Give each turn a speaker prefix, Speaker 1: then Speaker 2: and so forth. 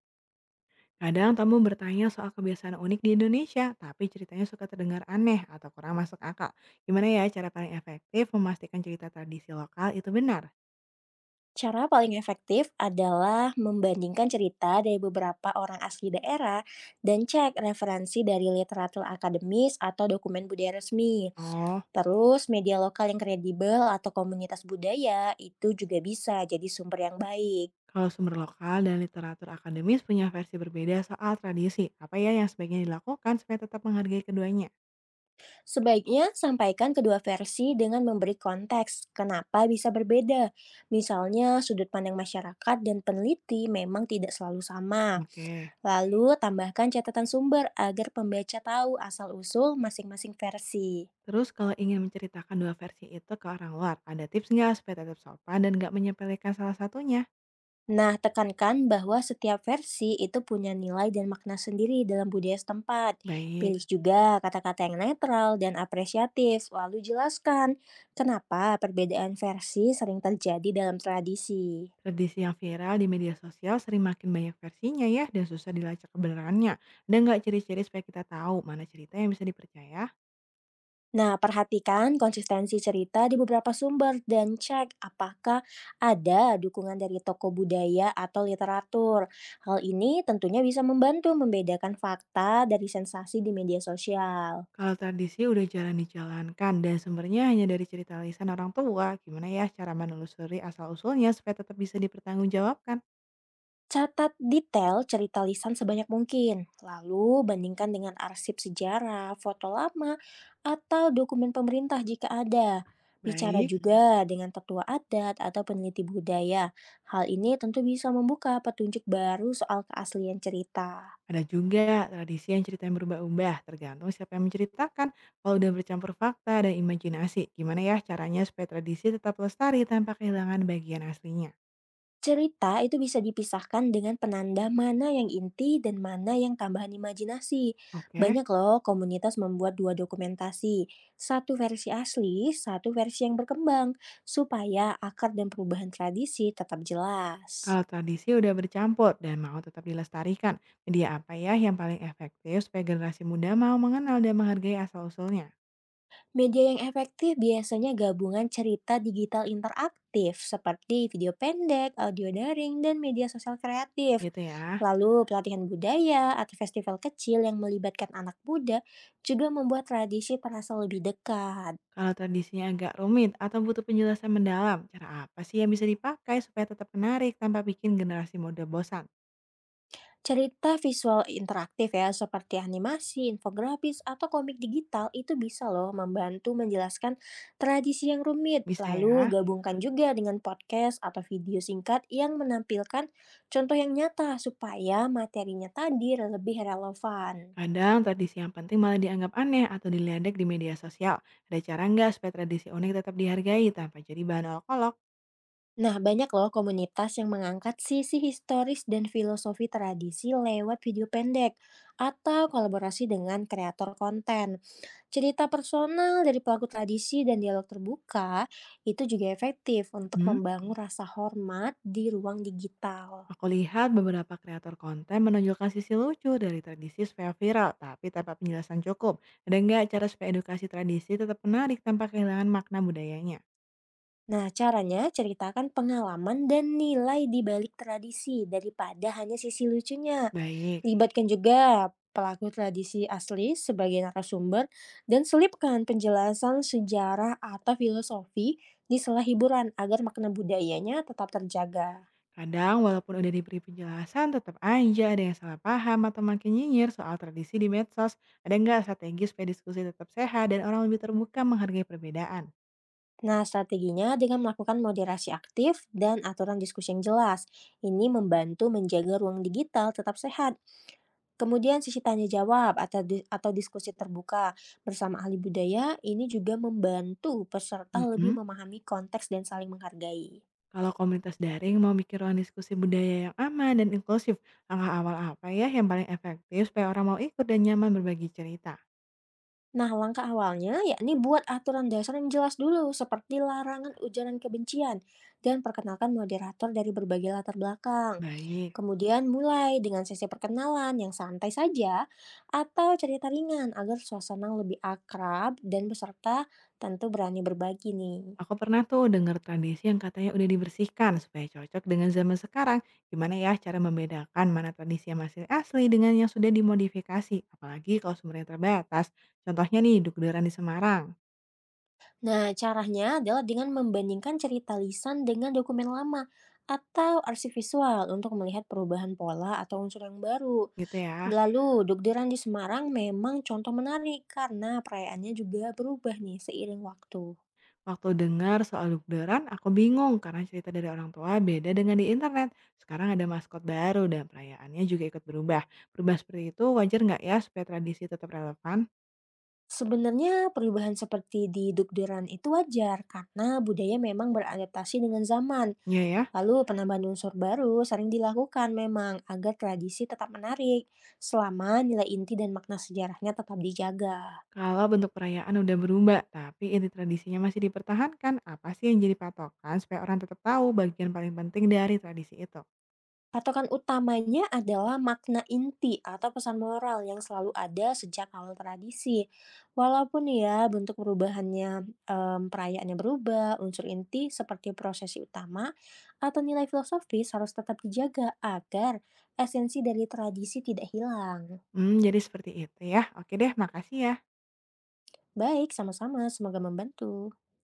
Speaker 1: Kadang tamu bertanya soal kebiasaan unik di Indonesia, tapi ceritanya suka terdengar aneh atau kurang masuk akal. Gimana ya cara paling efektif memastikan cerita tradisi lokal itu benar?
Speaker 2: Cara paling efektif adalah membandingkan cerita dari beberapa orang asli daerah dan cek referensi dari literatur akademis atau dokumen budaya resmi.
Speaker 1: Oh,
Speaker 2: Terus, media lokal yang kredibel atau komunitas budaya itu juga bisa jadi sumber yang baik.
Speaker 1: kalau sumber lokal dan literatur akademis punya versi berbeda soal tradisi, apa ya yang sebaiknya dilakukan supaya tetap menghargai keduanya?
Speaker 2: Sebaiknya, sampaikan kedua versi dengan memberi konteks kenapa bisa berbeda. Misalnya, sudut pandang masyarakat dan peneliti memang tidak selalu sama.
Speaker 1: Oke.
Speaker 2: Lalu tambahkan catatan sumber agar pembaca tahu asal-usul masing-masing versi.
Speaker 1: Terus kalau ingin menceritakan dua versi itu ke orang luar, ada tips nggak supaya tetap sopan dan nggak menyepelekan salah satunya?
Speaker 2: Nah, tekankan bahwa setiap versi itu punya nilai dan makna sendiri dalam budaya setempat.
Speaker 1: Baik.
Speaker 2: Pilih juga kata-kata yang netral dan apresiatif, lalu jelaskan kenapa perbedaan versi sering terjadi dalam tradisi.
Speaker 1: Tradisi yang viral di media sosial sering makin banyak versinya ya dan susah dilacak kebenarannya. Ada nggak ciri-ciri supaya kita tahu mana cerita yang bisa dipercaya?
Speaker 2: Nah, perhatikan konsistensi cerita di beberapa sumber dan cek apakah ada dukungan dari toko budaya atau literatur. Hal ini tentunya bisa membantu membedakan fakta dari sensasi di media sosial.
Speaker 1: Kalau tradisi udah jarang dijalankan dan sumbernya hanya dari cerita lisan orang tua, gimana ya cara menelusuri asal-usulnya supaya tetap bisa dipertanggungjawabkan?
Speaker 2: Catat detail cerita lisan sebanyak mungkin, lalu bandingkan dengan arsip sejarah, foto lama, atau dokumen pemerintah jika ada. Bicara
Speaker 1: Baik,
Speaker 2: juga dengan tetua adat atau peneliti budaya. Hal ini tentu bisa membuka petunjuk baru soal keaslian cerita.
Speaker 1: ada juga tradisi yang ceritanya berubah-ubah tergantung siapa yang menceritakan. Kalau udah bercampur fakta dan imajinasi, gimana ya caranya supaya tradisi tetap lestari tanpa kehilangan bagian aslinya?
Speaker 2: Cerita itu bisa dipisahkan dengan penanda mana yang inti dan mana yang tambahan imajinasi.
Speaker 1: Oke,
Speaker 2: Banyak loh komunitas membuat dua dokumentasi, satu versi asli, satu versi yang berkembang, supaya akar dan perubahan tradisi tetap jelas.
Speaker 1: kalau tradisi udah bercampur dan mau tetap dilestarikan, media apa ya yang paling efektif supaya generasi muda mau mengenal dan menghargai asal-usulnya?
Speaker 2: Media yang efektif biasanya gabungan cerita digital interaktif seperti video pendek, audio daring, dan media sosial kreatif.
Speaker 1: Gitu ya.
Speaker 2: Lalu pelatihan budaya atau festival kecil yang melibatkan anak muda juga membuat tradisi terasa lebih dekat.
Speaker 1: Kalau tradisinya agak rumit atau butuh penjelasan mendalam, cara apa sih yang bisa dipakai supaya tetap menarik tanpa bikin generasi muda bosan?
Speaker 2: Cerita visual interaktif ya, seperti animasi, infografis, atau komik digital itu bisa loh membantu menjelaskan tradisi yang rumit.
Speaker 1: Bisa ya.
Speaker 2: Lalu gabungkan juga dengan podcast atau video singkat yang menampilkan contoh yang nyata supaya materinya tadi lebih relevan.
Speaker 1: Kadang tradisi yang penting malah dianggap aneh atau diledek di media sosial. Ada cara nggak supaya tradisi unik tetap dihargai tanpa jadi bahan olok-olok?
Speaker 2: Nah, banyak loh komunitas yang mengangkat sisi historis dan filosofi tradisi lewat video pendek atau kolaborasi dengan kreator konten. Cerita personal dari pelaku tradisi dan dialog terbuka itu juga efektif untuk
Speaker 1: Hmm?
Speaker 2: membangun rasa hormat di ruang digital.
Speaker 1: Aku lihat beberapa kreator konten menonjolkan sisi lucu dari tradisi supaya viral, tapi tanpa penjelasan cukup. Ada nggak cara supaya edukasi tradisi tetap menarik tanpa kehilangan makna budayanya?
Speaker 2: Nah, caranya ceritakan pengalaman dan nilai di balik tradisi daripada hanya sisi lucunya.
Speaker 1: Baik,
Speaker 2: Libatkan juga pelaku tradisi asli sebagai narasumber dan selipkan penjelasan sejarah atau filosofi di sela hiburan agar makna budayanya tetap terjaga.
Speaker 1: kadang walaupun udah diberi penjelasan, tetap aja ada yang salah paham atau makin nyinyir soal tradisi di medsos. Ada nggak strategi supaya diskusi tetap sehat dan orang lebih terbuka menghargai perbedaan?
Speaker 2: Nah, strateginya dengan melakukan moderasi aktif dan aturan diskusi yang jelas. Ini membantu menjaga ruang digital tetap sehat. Kemudian sisi tanya jawab atau diskusi terbuka bersama ahli budaya ini juga membantu peserta lebih
Speaker 1: Mm.
Speaker 2: memahami konteks dan saling menghargai.
Speaker 1: Kalau komunitas daring mau bikin ruang diskusi budaya yang aman dan inklusif, langkah awal apa ya yang paling efektif supaya orang mau ikut dan nyaman berbagi cerita?
Speaker 2: Nah, langkah awalnya yakni buat aturan dasar yang jelas dulu, seperti larangan ujaran kebencian dan perkenalkan moderator dari berbagai latar belakang.
Speaker 1: Baik,
Speaker 2: Kemudian mulai dengan sesi perkenalan yang santai saja atau cerita ringan agar suasana lebih akrab dan peserta tentu berani berbagi nih.
Speaker 1: aku pernah tuh dengar tradisi yang katanya udah dibersihkan supaya cocok dengan zaman sekarang. Gimana ya cara membedakan mana tradisi yang masih asli dengan yang sudah dimodifikasi, apalagi kalau sumbernya terbatas. Contohnya nih, dukderan di Semarang.
Speaker 2: Nah, caranya adalah dengan membandingkan cerita lisan dengan dokumen lama atau arsip visual untuk melihat perubahan pola atau unsur yang baru.
Speaker 1: Gitu ya.
Speaker 2: Lalu, dugderan di Semarang memang contoh menarik karena perayaannya juga berubah nih seiring waktu.
Speaker 1: Waktu dengar soal dugderan, aku bingung karena cerita dari orang tua beda dengan di internet. Sekarang ada maskot baru dan perayaannya juga ikut berubah. Berubah seperti itu wajar nggak ya supaya tradisi tetap relevan?
Speaker 2: Sebenarnya perubahan seperti di dugderan itu wajar karena budaya memang beradaptasi dengan zaman.
Speaker 1: Iya ya,
Speaker 2: Lalu penambahan unsur baru sering dilakukan memang agar tradisi tetap menarik selama nilai inti dan makna sejarahnya tetap dijaga.
Speaker 1: kalau bentuk perayaan udah berubah, tapi inti tradisinya masih dipertahankan, apa sih yang jadi patokan supaya orang tetap tahu bagian paling penting dari tradisi itu?
Speaker 2: Patokan utamanya adalah makna inti atau pesan moral yang selalu ada sejak awal tradisi. Walaupun ya bentuk perubahannya, perayaannya berubah, unsur inti seperti prosesi utama atau nilai filosofis harus tetap dijaga agar esensi dari tradisi tidak hilang.
Speaker 1: Hmm, jadi seperti itu ya. Oke deh, makasih ya.
Speaker 2: Baik, sama-sama, semoga membantu.